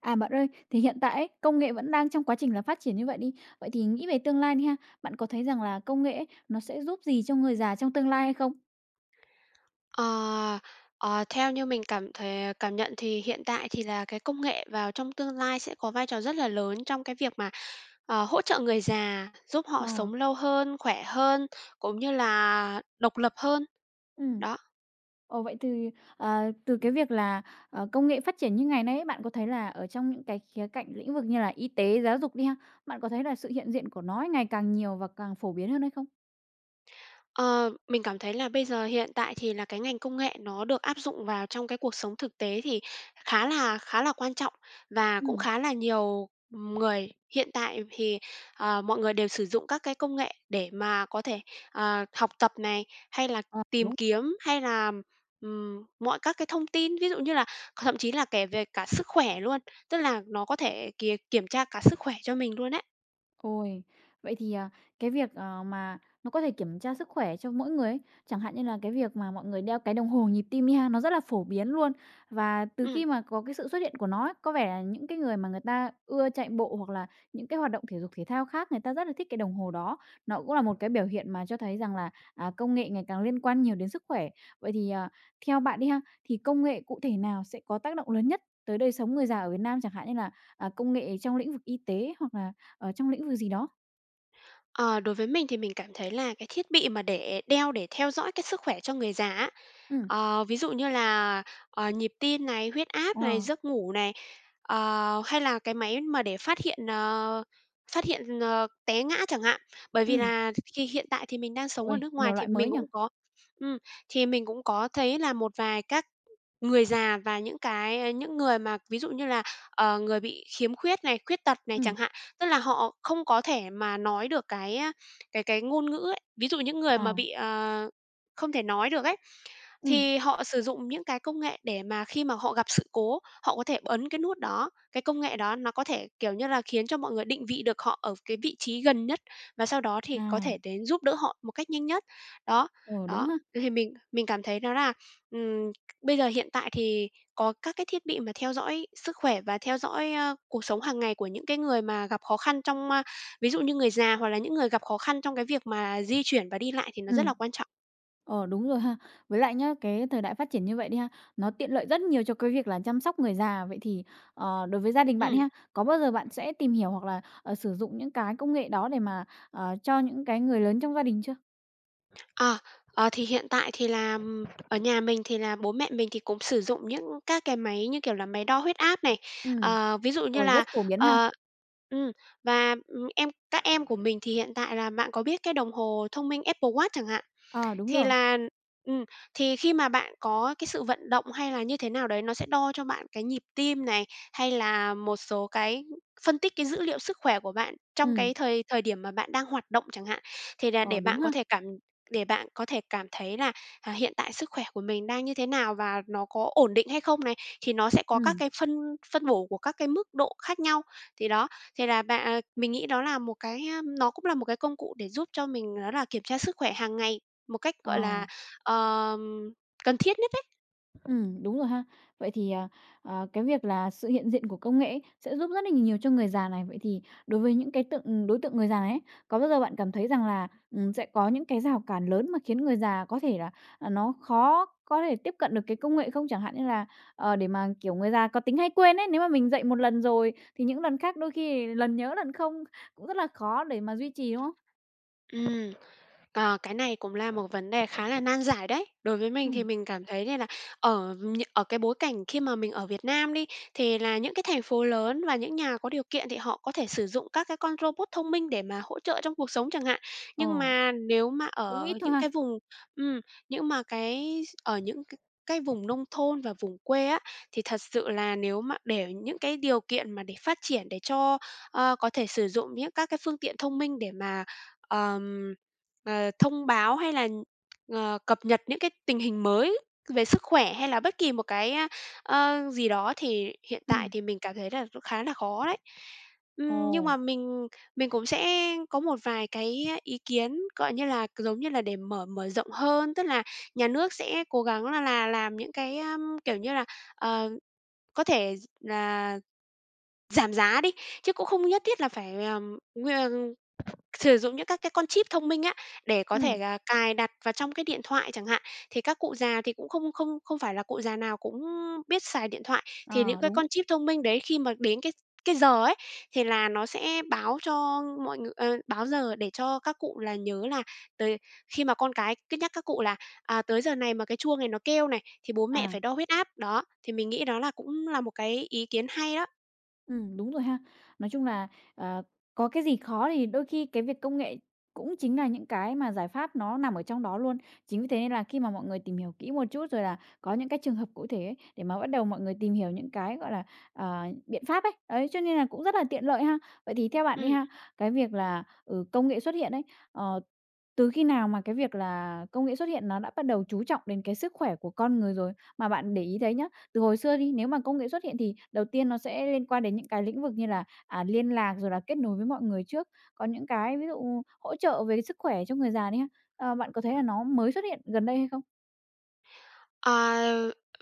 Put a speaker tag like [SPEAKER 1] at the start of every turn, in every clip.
[SPEAKER 1] À, bạn ơi, thì hiện tại ấy, công nghệ vẫn đang trong quá trình là phát triển như vậy đi. Vậy thì nghĩ về tương lai đi ha, bạn có thấy rằng là công nghệ ấy, nó sẽ giúp gì cho người già trong tương lai hay không?
[SPEAKER 2] Ờ, Theo như mình cảm nhận thì hiện tại thì là cái công nghệ vào trong tương lai sẽ có vai trò rất là lớn trong cái việc mà, hỗ trợ người già, giúp họ
[SPEAKER 1] Ờ.
[SPEAKER 2] sống lâu hơn, khỏe hơn, cũng như là độc lập hơn.
[SPEAKER 1] Ừ.
[SPEAKER 2] Đó.
[SPEAKER 1] Ồ vậy thì, từ cái việc là, công nghệ phát triển như ngày nay ấy, bạn có thấy là ở trong những cái khía cạnh lĩnh vực như là y tế, giáo dục đi ha, bạn có thấy là sự hiện diện của nó ấy ngày càng nhiều và càng phổ biến hơn hay không?
[SPEAKER 2] Ờ, mình cảm thấy là bây giờ hiện tại thì là cái ngành công nghệ nó được áp dụng vào trong cái cuộc sống thực tế thì khá là quan trọng và
[SPEAKER 1] Ừ.
[SPEAKER 2] cũng khá là nhiều người hiện tại thì, mọi người đều sử dụng các cái công nghệ để mà có thể, học tập này, hay là
[SPEAKER 1] Ờ,
[SPEAKER 2] tìm
[SPEAKER 1] đúng.
[SPEAKER 2] kiếm, hay là, mọi các cái thông tin, ví dụ như là thậm chí là kể về cả sức khỏe luôn, tức là nó có thể kìa kiểm tra cả sức khỏe cho mình luôn đấy.
[SPEAKER 1] Ôi, vậy thì, cái việc, mà nó có thể kiểm tra sức khỏe cho mỗi người ấy, chẳng hạn như là cái việc mà mọi người đeo cái đồng hồ nhịp tim đi ha, nó rất là phổ biến luôn. Và từ
[SPEAKER 2] Ừm.
[SPEAKER 1] khi mà có cái sự xuất hiện của nó ấy, có vẻ là những cái người mà người ta ưa chạy bộ hoặc là những cái hoạt động thể dục thể thao khác, người ta rất là thích cái đồng hồ đó. Nó cũng là một cái biểu hiện mà cho thấy rằng là, à, công nghệ ngày càng liên quan nhiều đến sức khỏe. Vậy thì, à, theo bạn đi ha, thì công nghệ cụ thể nào sẽ có tác động lớn nhất tới đời sống người già ở Việt Nam, chẳng hạn như là, công nghệ trong lĩnh vực y tế hoặc là ở trong lĩnh vực gì đó?
[SPEAKER 2] Ờ, Đối với mình thì mình cảm thấy là cái thiết bị mà để đeo để theo dõi cái sức khỏe cho người già á,
[SPEAKER 1] Ừ.
[SPEAKER 2] ví dụ như là, nhịp tim này, huyết áp
[SPEAKER 1] Ờ.
[SPEAKER 2] này, giấc ngủ này, hay là cái máy mà để phát hiện, té ngã chẳng hạn. Bởi vì
[SPEAKER 1] Ừm.
[SPEAKER 2] là khi hiện tại thì mình đang sống ở
[SPEAKER 1] Ôi,
[SPEAKER 2] nước ngoài
[SPEAKER 1] nhiều
[SPEAKER 2] thì
[SPEAKER 1] loại mới nhỉ?
[SPEAKER 2] ừm, mình cũng có thấy là một vài các người già và những người mà ví dụ như là, người bị khiếm khuyết này, khuyết tật này
[SPEAKER 1] Ừ.
[SPEAKER 2] chẳng hạn. Tức là họ không có thể mà nói được cái ngôn ngữ ấy. Ví dụ những người mà
[SPEAKER 1] À.
[SPEAKER 2] bị, không thể nói được ấy,
[SPEAKER 1] Ừ.
[SPEAKER 2] thì họ sử dụng những cái công nghệ để mà khi mà họ gặp sự cố, họ có thể ấn cái nút đó, cái công nghệ đó nó có thể, kiểu như là, khiến cho mọi người định vị được họ ở cái vị trí gần nhất và sau đó thì có thể
[SPEAKER 1] À.
[SPEAKER 2] đến giúp đỡ họ một cách nhanh nhất. Đó,
[SPEAKER 1] Ờ, đúng
[SPEAKER 2] đó,
[SPEAKER 1] ha.
[SPEAKER 2] thì mình cảm thấy đó là, ừm, bây giờ hiện tại thì có các cái thiết bị mà theo dõi sức khỏe và theo dõi, cuộc sống hàng ngày của những cái người mà gặp khó khăn trong, ví dụ như người già hoặc là những người gặp khó khăn trong cái việc mà di chuyển và đi lại thì nó
[SPEAKER 1] Ừ.
[SPEAKER 2] rất là quan trọng.
[SPEAKER 1] Ờ, đúng rồi ha. Với lại nhá, cái thời đại phát triển như vậy đi ha, nó tiện lợi rất nhiều cho cái việc là chăm sóc người già. Vậy thì, đối với gia đình bạn
[SPEAKER 2] Ừm.
[SPEAKER 1] ha, có bao giờ bạn sẽ tìm hiểu hoặc là, sử dụng những cái công nghệ đó để mà, cho những cái người lớn trong gia đình chưa?
[SPEAKER 2] À, thì hiện tại thì là, ở nhà mình thì là bố mẹ mình thì cũng sử dụng những các cái máy như kiểu là máy đo huyết áp này,
[SPEAKER 1] Ừ.
[SPEAKER 2] ờ, ví dụ như
[SPEAKER 1] Ôi,
[SPEAKER 2] là,
[SPEAKER 1] rất phổ biến ha.
[SPEAKER 2] ờ ừm, và, các em của mình thì hiện tại là bạn có biết cái đồng hồ thông minh Apple Watch chẳng hạn.
[SPEAKER 1] Ờ, đúng
[SPEAKER 2] Thì
[SPEAKER 1] rồi.
[SPEAKER 2] là, ừm, thì khi mà bạn có cái sự vận động hay là như thế nào đấy, nó sẽ đo cho bạn cái nhịp tim này, hay là một số cái phân tích cái dữ liệu sức khỏe của bạn trong
[SPEAKER 1] Ừ.
[SPEAKER 2] cái thời thời điểm mà bạn đang hoạt động chẳng hạn. Thì là
[SPEAKER 1] Ờ, đúng ha.
[SPEAKER 2] để bạn có thể cảm thấy là, à, hiện tại sức khỏe của mình đang như thế nào và nó có ổn định hay không này, thì nó sẽ có các
[SPEAKER 1] Ừ.
[SPEAKER 2] cái phân phân bổ của các cái mức độ khác nhau. Thì đó, thì là bạn à, mình nghĩ đó là một cái, nó cũng là một cái công cụ để giúp cho mình đó là kiểm tra sức khỏe hàng ngày. Một cách,
[SPEAKER 1] Ờ.
[SPEAKER 2] gọi là, ờm, cần thiết nhất ấy.
[SPEAKER 1] Ừ, đúng rồi ha. Vậy thì, à, à, cái việc là sự hiện diện của công nghệ ấy sẽ giúp rất là nhiều cho người già này. Vậy thì đối với những cái đối tượng người già này ấy, có bao giờ bạn cảm thấy rằng là, sẽ có những cái rào cản lớn mà khiến người già có thể là, nó khó có thể tiếp cận được cái công nghệ không? Chẳng hạn như là, để mà, kiểu, người già có tính hay quên ấy, nếu mà mình dạy một lần rồi thì những lần khác đôi khi lần nhớ lần không, cũng rất là khó để mà duy trì, đúng không?
[SPEAKER 2] Ừm, cái này cũng là một vấn đề khá là nan giải đấy. Đối với mình thì
[SPEAKER 1] Ừ.
[SPEAKER 2] mình cảm thấy đây là ở cái bối cảnh khi mà mình ở Việt Nam đi, thì là những cái thành phố lớn và những nhà có điều kiện thì họ có thể sử dụng các cái con robot thông minh để mà hỗ trợ trong cuộc sống chẳng hạn. Nhưng
[SPEAKER 1] Ồ,
[SPEAKER 2] mà nếu mà
[SPEAKER 1] cũng ít
[SPEAKER 2] ở
[SPEAKER 1] thôi
[SPEAKER 2] những cái
[SPEAKER 1] ha?
[SPEAKER 2] vùng, ừm, nhưng mà cái ở những cái vùng nông thôn và vùng quê á, thì thật sự là nếu mà để những cái điều kiện mà để phát triển để cho, có thể sử dụng những các cái phương tiện thông minh để mà ờm, thông báo hay là, cập nhật những cái tình hình mới về sức khỏe hay là bất kỳ một cái, gì đó thì hiện tại
[SPEAKER 1] Ừ.
[SPEAKER 2] thì mình cảm thấy là cũng khá là khó đấy. Nhưng
[SPEAKER 1] Ồ.
[SPEAKER 2] mà mình cũng sẽ có một vài cái ý kiến, gọi như là, giống như là, để mở mở rộng hơn, tức là nhà nước sẽ cố gắng là làm những cái, kiểu như là, ờ, có thể là giảm giá đi, chứ cũng không nhất thiết là phải, sử dụng những các cái con chip thông minh á, để có thể
[SPEAKER 1] Ừ.
[SPEAKER 2] là cài đặt vào trong cái điện thoại chẳng hạn. Thì các cụ già thì cũng không không không phải là cụ già nào cũng biết xài điện thoại, thì những
[SPEAKER 1] À
[SPEAKER 2] cái con
[SPEAKER 1] đúng.
[SPEAKER 2] chip thông minh đấy khi mà đến cái giờ ấy, thì là nó sẽ báo cho mọi người, báo giờ để cho các cụ là nhớ là tới khi mà con cái cứ nhắc các cụ là, à, tới giờ này mà cái chuông này nó kêu này, thì bố mẹ phải
[SPEAKER 1] À.
[SPEAKER 2] đo huyết áp. Đó, thì mình nghĩ đó là cũng là một cái ý kiến hay đó.
[SPEAKER 1] Đúng rồi ha. Nói chung là, ờ, có cái gì khó thì đôi khi cái việc công nghệ cũng chính là những cái mà giải pháp nó nằm ở trong đó luôn. Chính vì thế nên là khi mà mọi người tìm hiểu kỹ một chút, rồi là có những cái trường hợp cụ thể ấy, để mà bắt đầu mọi người tìm hiểu những cái, gọi là, biện pháp ấy, đấy cho nên là cũng rất là tiện lợi ha. Vậy thì theo bạn đi
[SPEAKER 2] Ừm.
[SPEAKER 1] ha, cái việc là, ừ, công nghệ xuất hiện ấy, ờ, từ khi nào mà cái việc là công nghệ xuất hiện nó đã bắt đầu chú trọng đến cái sức khỏe của con người rồi mà bạn để ý thấy nhá? Từ hồi xưa đi, nếu mà công nghệ xuất hiện thì đầu tiên nó sẽ liên quan đến những cái lĩnh vực như là, à, liên lạc rồi là kết nối với mọi người trước. Có những cái ví dụ hỗ trợ về sức khỏe cho người già đi ha, bạn có thấy là nó mới xuất hiện gần đây hay không?
[SPEAKER 2] À,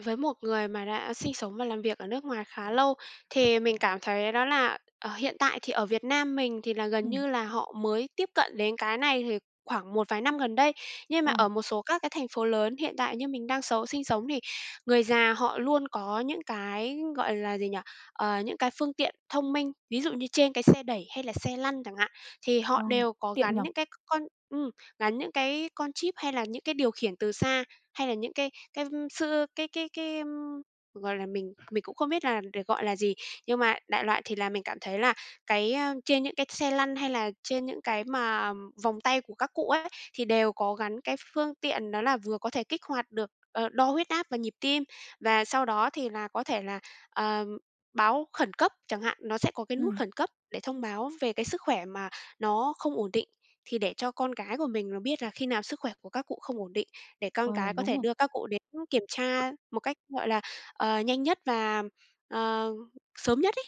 [SPEAKER 2] với một người mà đã sinh sống và làm việc ở nước ngoài khá lâu thì mình cảm thấy đó là, hiện tại thì ở Việt Nam mình thì là gần
[SPEAKER 1] Ừm.
[SPEAKER 2] như là họ mới tiếp cận đến cái này thì khoảng một vài năm gần đây. Nhưng mà
[SPEAKER 1] Ờ.
[SPEAKER 2] ở một số các cái thành phố lớn hiện tại như mình đang sinh sống thì người già họ luôn có những cái, gọi là gì nhỉ, những cái phương tiện thông minh, ví dụ như trên cái xe đẩy hay là xe lăn chẳng hạn, thì họ
[SPEAKER 1] Ờ.
[SPEAKER 2] đều có
[SPEAKER 1] Tiện
[SPEAKER 2] gắn
[SPEAKER 1] nhỉ?
[SPEAKER 2] những cái con ừm, gắn những cái con chip hay là những cái điều khiển từ xa, hay là những cái sự cái, ưm, gọi là, mình cũng không biết là để gọi là gì, nhưng mà đại loại thì là mình cảm thấy là cái, trên những cái xe lăn hay là trên những cái mà vòng tay của các cụ ấy, thì đều có gắn cái phương tiện đó là vừa có thể kích hoạt được, đo huyết áp và nhịp tim, và sau đó thì là có thể là, ờ, báo khẩn cấp chẳng hạn, nó sẽ có cái nút
[SPEAKER 1] Ừm.
[SPEAKER 2] khẩn cấp để thông báo về cái sức khỏe mà nó không ổn định, thì để cho con cái của mình nó biết là khi nào sức khỏe của các cụ không ổn định để con
[SPEAKER 1] Uầy,
[SPEAKER 2] cái có
[SPEAKER 1] đúng
[SPEAKER 2] thể
[SPEAKER 1] rồi.
[SPEAKER 2] đưa các cụ đến kiểm tra một cách, gọi là, nhanh nhất và, ờ, sớm nhất ấy.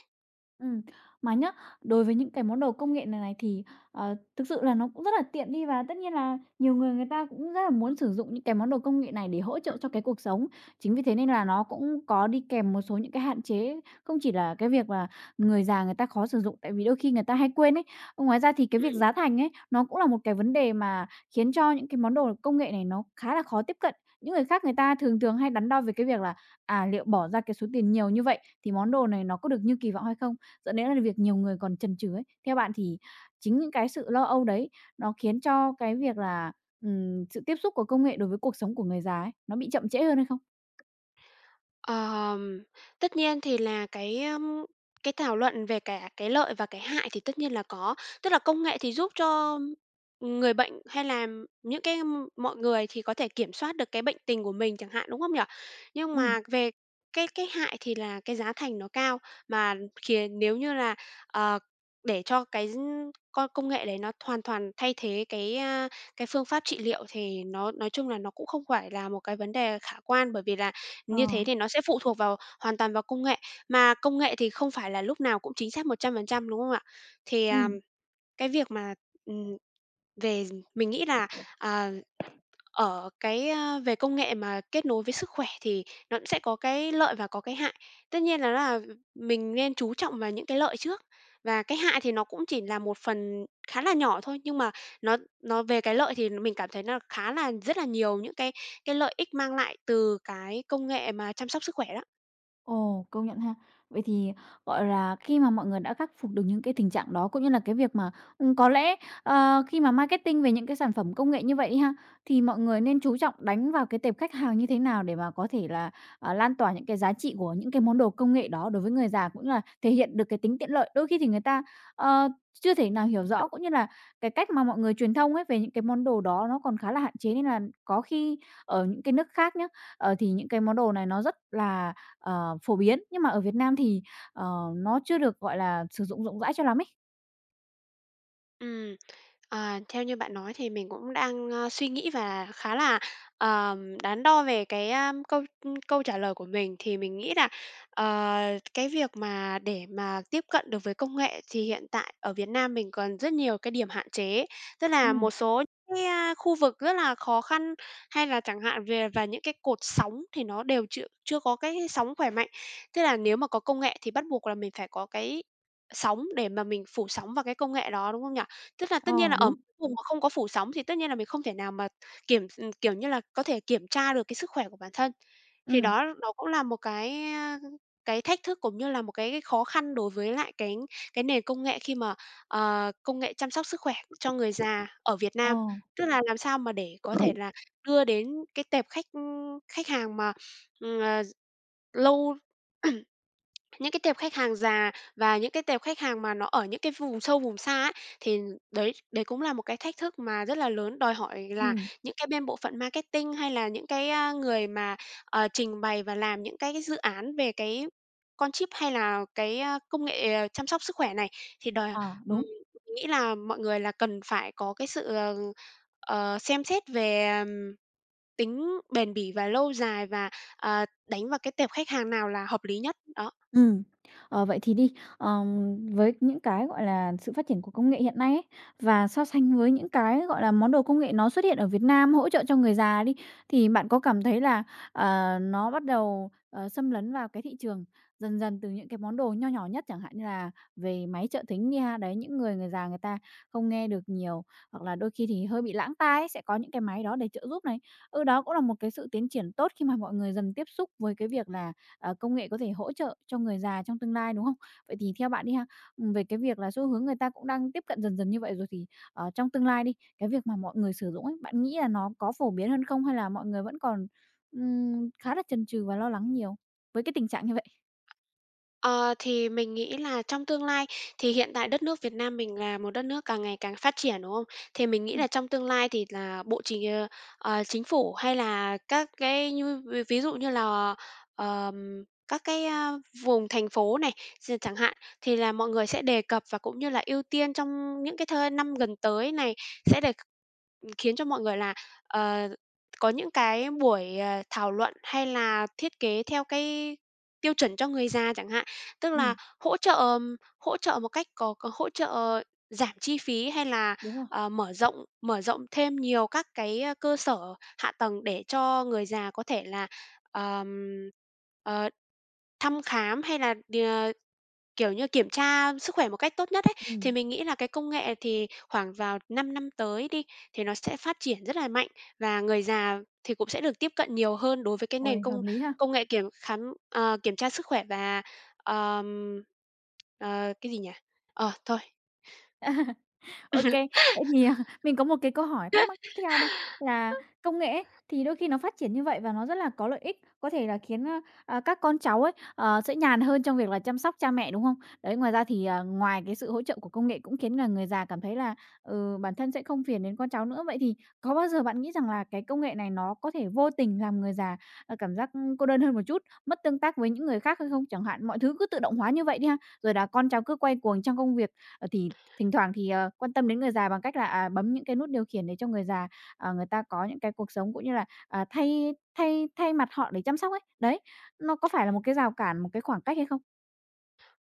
[SPEAKER 1] Ừm, mà nhá, đối với những cái món đồ công nghệ này này thì, thực sự là nó cũng rất là tiện đi và tất nhiên là nhiều người người ta cũng rất là muốn sử dụng những cái món đồ công nghệ này để hỗ trợ cho cái cuộc sống. Chính vì thế nên là nó cũng có đi kèm một số những cái hạn chế, không chỉ là cái việc là người già người ta khó sử dụng, tại vì đôi khi người ta hay quên ấy. Ngoài ra thì cái việc
[SPEAKER 2] Ừm.
[SPEAKER 1] giá thành ấy, nó cũng là một cái vấn đề mà khiến cho những cái món đồ công nghệ này nó khá là khó tiếp cận. Những người khác người ta thường thường hay đắn đo về cái việc là, à, liệu bỏ ra cái số tiền nhiều như vậy thì món đồ này nó có được như kỳ vọng hay không? Dẫn đến là việc nhiều người còn chần chừ ấy. Theo bạn thì chính những cái sự lo âu đấy nó khiến cho cái việc là, sự tiếp xúc của công nghệ đối với cuộc sống của người già ấy, nó bị chậm trễ hơn hay không?
[SPEAKER 2] Ờm, tất nhiên thì là cái thảo luận về cả cái lợi và cái hại thì tất nhiên là có. Tức là công nghệ thì giúp cho người bệnh hay là mọi người thì có thể kiểm soát được cái bệnh tình của mình chẳng hạn, đúng không nhỉ? Nhưng
[SPEAKER 1] Ừ.
[SPEAKER 2] mà về cái hại thì là cái giá thành nó cao, mà khiến nếu như là, ờ, để cho con công nghệ đấy nó hoàn toàn thay thế cái phương pháp trị liệu thì nó nói chung là nó cũng không phải là một cái vấn đề khả quan, bởi vì là
[SPEAKER 1] Ờ.
[SPEAKER 2] như thế thì nó sẽ phụ thuộc hoàn toàn vào công nghệ, mà công nghệ thì không phải là lúc nào cũng chính xác 100% đúng không ạ? Thì, à,
[SPEAKER 1] Ừm.
[SPEAKER 2] cái việc mà, ừm, về mình nghĩ là, à, ở cái, về công nghệ mà kết nối với sức khỏe thì nó cũng sẽ có cái lợi và có cái hại. Tất nhiên đó là mình nên chú trọng vào những cái lợi trước, và cái hại thì nó cũng chỉ là một phần khá là nhỏ thôi, nhưng mà nó nó về cái lợi thì mình cảm thấy là khá là rất là nhiều những cái lợi ích mang lại từ cái công nghệ mà chăm sóc sức khỏe đó.
[SPEAKER 1] Ồ, công nhận ha. Vậy thì, gọi là, khi mà mọi người đã khắc phục được những cái tình trạng đó, cũng như là cái việc mà, có lẽ, khi mà marketing về những cái sản phẩm công nghệ như vậy đi ha, thì mọi người nên chú trọng đánh vào cái tệp khách hàng như thế nào để mà có thể là, lan tỏa những cái giá trị của những cái món đồ công nghệ đó đối với người già, cũng như là thể hiện được cái tính tiện lợi. Đôi khi thì người ta, ờ, chưa thể nào hiểu rõ, cũng như là cái cách mà mọi người truyền thông ấy về những cái món đồ đó nó còn khá là hạn chế, nên là có khi ở những cái nước khác nhá, thì những cái món đồ này nó rất là Ờ, phổ biến, nhưng mà ở Việt Nam thì, ờ, nó chưa được, gọi là, sử dụng rộng rãi cho lắm ấy.
[SPEAKER 2] Ừm, Theo như bạn nói thì mình cũng đang, suy nghĩ và khá là, đắn đo về cái, câu trả lời của mình. Thì mình nghĩ là, ờ, cái việc mà để mà tiếp cận được với công nghệ thì hiện tại ở Việt Nam mình còn rất nhiều cái điểm hạn chế, tức
[SPEAKER 1] Ừ.
[SPEAKER 2] là một số cái, khu vực rất là khó khăn, hay là chẳng hạn về và những cái cột sóng thì nó đều chưa chưa có cái sóng khỏe mạnh. Tức là nếu mà có công nghệ thì bắt buộc là mình phải có cái sóng để mà mình phủ sóng vào cái công nghệ đó, đúng không nhỉ? Tức là tất
[SPEAKER 1] Ờ,
[SPEAKER 2] nhiên là ở
[SPEAKER 1] đúng.
[SPEAKER 2] một cái vùng mà không có phủ sóng thì tất nhiên là mình không thể nào mà kiểm s kiểu như là, có thể kiểm tra được cái sức khỏe của bản thân. Thì
[SPEAKER 1] Ừ.
[SPEAKER 2] đó nó cũng là một cái, cái thách thức cũng như là một cái khó khăn đối với lại cái nền công nghệ khi mà, công nghệ chăm sóc sức khỏe cho người già ở Việt
[SPEAKER 1] Ờ.
[SPEAKER 2] Nam. Tức là làm sao mà để có thể là đưa đến cái tệp khách, khách hàng mà, ờ, d lâu những cái tệp khách hàng già và những cái tệp khách hàng mà nó ở những cái vùng sâu, vùng xa ấy, thì đấy đấy cũng là một cái thách thức mà rất là lớn, đòi hỏi là
[SPEAKER 1] Ừm.
[SPEAKER 2] những cái bên bộ phận marketing hay là những cái, người mà, trình bày và làm những cái dự án về cái con chip hay là cái, công nghệ, chăm sóc sức khỏe này, thì đòi
[SPEAKER 1] Ờ,
[SPEAKER 2] ừm,
[SPEAKER 1] đúng.
[SPEAKER 2] mình nghĩ là mọi người là cần phải có cái sự, xem xét về, tính bền bỉ và lâu dài và, đánh vào cái tệp khách hàng nào là hợp lý nhất, đó.
[SPEAKER 1] Ừm. Ờ, vậy thì đi, với những cái, gọi là, sự phát triển của công nghệ hiện nay ấy, và so sánh với những cái, gọi là, món đồ công nghệ nó xuất hiện ở Việt Nam hỗ trợ cho người già đi, thì bạn có cảm thấy là, nó bắt đầu, xâm lấn vào cái thị trường dần dần từ những cái món đồ nho nhỏ nhất, chẳng hạn như là về máy trợ thính đi ha, đấy, những người người già người ta không nghe được nhiều, hoặc là đôi khi thì hơi bị lãng tai ấy, sẽ có những cái máy đó để trợ giúp này. Ừ, đó cũng là một cái sự tiến triển tốt khi mà mọi người dần tiếp xúc với cái việc là công nghệ có thể hỗ trợ cho người già trong tương lai, đúng không? Vậy thì theo bạn đi ha, về cái việc là xu hướng người ta cũng đang tiếp cận dần dần như vậy rồi thì, trong tương lai đi, cái việc mà mọi người sử dụng ấy, bạn nghĩ là nó có phổ biến hơn không? Hay là mọi người vẫn còn, khá là chần chừ và lo lắng nhiều với cái tình trạng như vậy?
[SPEAKER 2] Ờ, thì mình nghĩ là trong tương lai thì hiện tại đất nước Việt Nam mình là một đất nước càng ngày càng phát triển, đúng không? Thì mình nghĩ là
[SPEAKER 1] Ừm.
[SPEAKER 2] trong tương lai thì là Bộ Chính ờ, ờ, Chính phủ hay là các cái như ví ví dụ như là, các cái, vùng thành phố này, chẳng hạn, thì là mọi người sẽ đề cập và cũng như là ưu tiên trong những cái thời năm gần tới này sẽ để khiến cho mọi người là, ờ, có những cái buổi, thảo luận hay là thiết kế theo cái tiêu chuẩn cho người già chẳng hạn. Tức là
[SPEAKER 1] Ừm.
[SPEAKER 2] hỗ trợ hỗ trợ một cách có hỗ trợ giảm chi phí hay là,
[SPEAKER 1] Đúng rồi.
[SPEAKER 2] mở rộng thêm nhiều các cái, cơ sở hạ tầng để cho người già có thể là, ờm, ờ, thăm khám hay là ờ, kiểu như, kiểm tra sức khỏe một cách tốt nhất ấy, thì
[SPEAKER 1] Ừm.
[SPEAKER 2] mình nghĩ là cái công nghệ thì khoảng vào 5 năm tới đi, thì nó sẽ phát triển rất là mạnh và người già thì cũng sẽ được tiếp cận nhiều hơn đối với cái nền
[SPEAKER 1] Uầy, hợp
[SPEAKER 2] công
[SPEAKER 1] lý ha.
[SPEAKER 2] công nghệ kiểm tra sức khỏe và, ờm, cái gì nhỉ? Ờ, thôi.
[SPEAKER 1] OK. Vậy thì, à, mình có một cái câu hỏi thắc mắc tiếp theo đây là công nghệ ấy, thì đôi khi nó phát triển như vậy và nó rất là có lợi ích, có thể là khiến, các con cháu ấy, sẽ nhàn hơn trong việc là chăm sóc cha mẹ, đúng không? Đấy, ngoài ra thì, à, ngoài cái sự hỗ trợ của công nghệ cũng khiến là người già cảm thấy là, ừ, bản thân sẽ không phiền đến con cháu nữa. Vậy thì có bao giờ bạn nghĩ rằng là cái công nghệ này nó có thể vô tình làm người già, cảm giác, ưm, cô đơn hơn một chút, mất tương tác với những người khác hay không? Chẳng hạn mọi thứ cứ tự động hóa như vậy đi ha, rồi là con cháu cứ quay cuồng trong công việc, ờ, thì Thỉnh thoảng thì, quan tâm đến người già bằng cách là, bấm những cái nút điều khiển để cho người già, người ta có những cái cuộc sống cũng như là, à, thay thay thay mặt họ để chăm sóc ấy. Đấy, nó có phải là một cái rào cản, một cái khoảng cách hay không?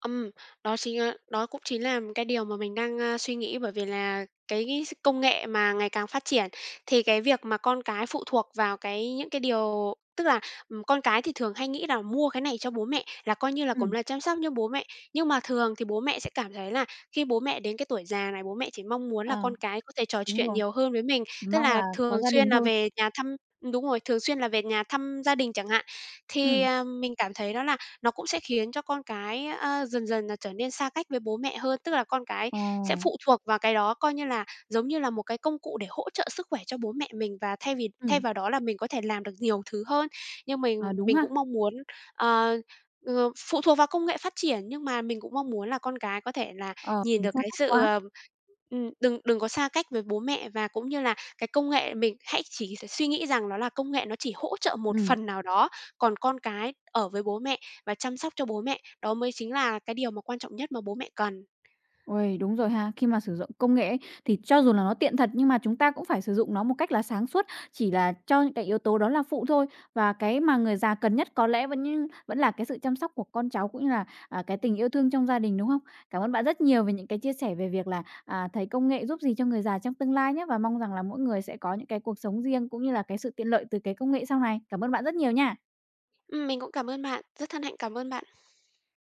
[SPEAKER 2] Ừm, đó chính á đó cũng chính là cái điều mà mình đang, suy nghĩ bởi vì là cái s công nghệ mà ngày càng phát triển thì cái việc mà con cái phụ thuộc vào cái những cái điều tức là, con cái thì thường hay nghĩ là mua cái này cho bố mẹ là coi như là cũng
[SPEAKER 1] Ừm,
[SPEAKER 2] là chăm sóc cho bố mẹ. Nhưng mà thường thì bố mẹ sẽ cảm thấy là khi bố mẹ đến cái tuổi già này, bố mẹ chỉ mong muốn là
[SPEAKER 1] ờ,
[SPEAKER 2] con cái có thể trò
[SPEAKER 1] đúng
[SPEAKER 2] chuyện
[SPEAKER 1] rồi,
[SPEAKER 2] nhiều hơn với mình,
[SPEAKER 1] chỉ
[SPEAKER 2] tức
[SPEAKER 1] mong
[SPEAKER 2] là
[SPEAKER 1] là có
[SPEAKER 2] thường
[SPEAKER 1] gia
[SPEAKER 2] xuyên
[SPEAKER 1] đình
[SPEAKER 2] là
[SPEAKER 1] thôi.
[SPEAKER 2] về nhà thăm đúng rồi, thường xuyên là về nhà thăm gia đình chẳng hạn. Thì,
[SPEAKER 1] Ừm,
[SPEAKER 2] mình cảm thấy đó là nó cũng sẽ khiến cho con cái, dần dần là trở nên xa cách với bố mẹ hơn. Tức là con cái
[SPEAKER 1] ồ,
[SPEAKER 2] sẽ phụ thuộc vào cái đó, coi như là giống như là một cái công cụ để hỗ trợ sức khỏe cho bố mẹ mình và thay
[SPEAKER 1] ừm,
[SPEAKER 2] vào đó là mình có thể làm được nhiều thứ hơn. Nhưng mình
[SPEAKER 1] ờ, đúng
[SPEAKER 2] mình
[SPEAKER 1] ha,
[SPEAKER 2] cũng mong muốn, ờ, phụ thuộc vào công nghệ phát triển, nhưng mà mình cũng mong muốn là con cái có thể là
[SPEAKER 1] ờ,
[SPEAKER 2] nhìn
[SPEAKER 1] mình
[SPEAKER 2] được
[SPEAKER 1] xa
[SPEAKER 2] cái
[SPEAKER 1] cách quá.
[SPEAKER 2] sự, đừng đừng có xa cách với bố mẹ và cũng như là cái công nghệ mình hãy chỉ suy nghĩ rằng đó là công nghệ nó chỉ hỗ trợ một
[SPEAKER 1] Ừm.
[SPEAKER 2] phần nào đó, còn con cái ở với bố mẹ và chăm sóc cho bố mẹ, đó mới chính là cái điều mà quan trọng nhất mà bố mẹ cần.
[SPEAKER 1] Uầy, đúng rồi ha. Khi mà sử dụng công nghệ ấy, thì cho dù là nó tiện thật nhưng mà chúng ta cũng phải sử dụng nó một cách là sáng suốt, chỉ là cho những cái yếu tố đó là phụ thôi. Và cái mà người già cần nhất có lẽ vẫn là cái sự chăm sóc của con cháu, cũng như là, à, cái tình yêu thương trong gia đình, đúng không? Cảm ơn bạn rất nhiều về những cái chia sẻ về việc là, à, thấy công nghệ giúp gì cho người già trong tương lai nhé và mong rằng là mỗi người sẽ có những cái cuộc sống riêng cũng như là cái sự tiện lợi từ cái công nghệ sau này. Cảm ơn bạn rất nhiều nha.
[SPEAKER 2] Mình cũng cảm ơn bạn, rất thân hạnh cảm ơn bạn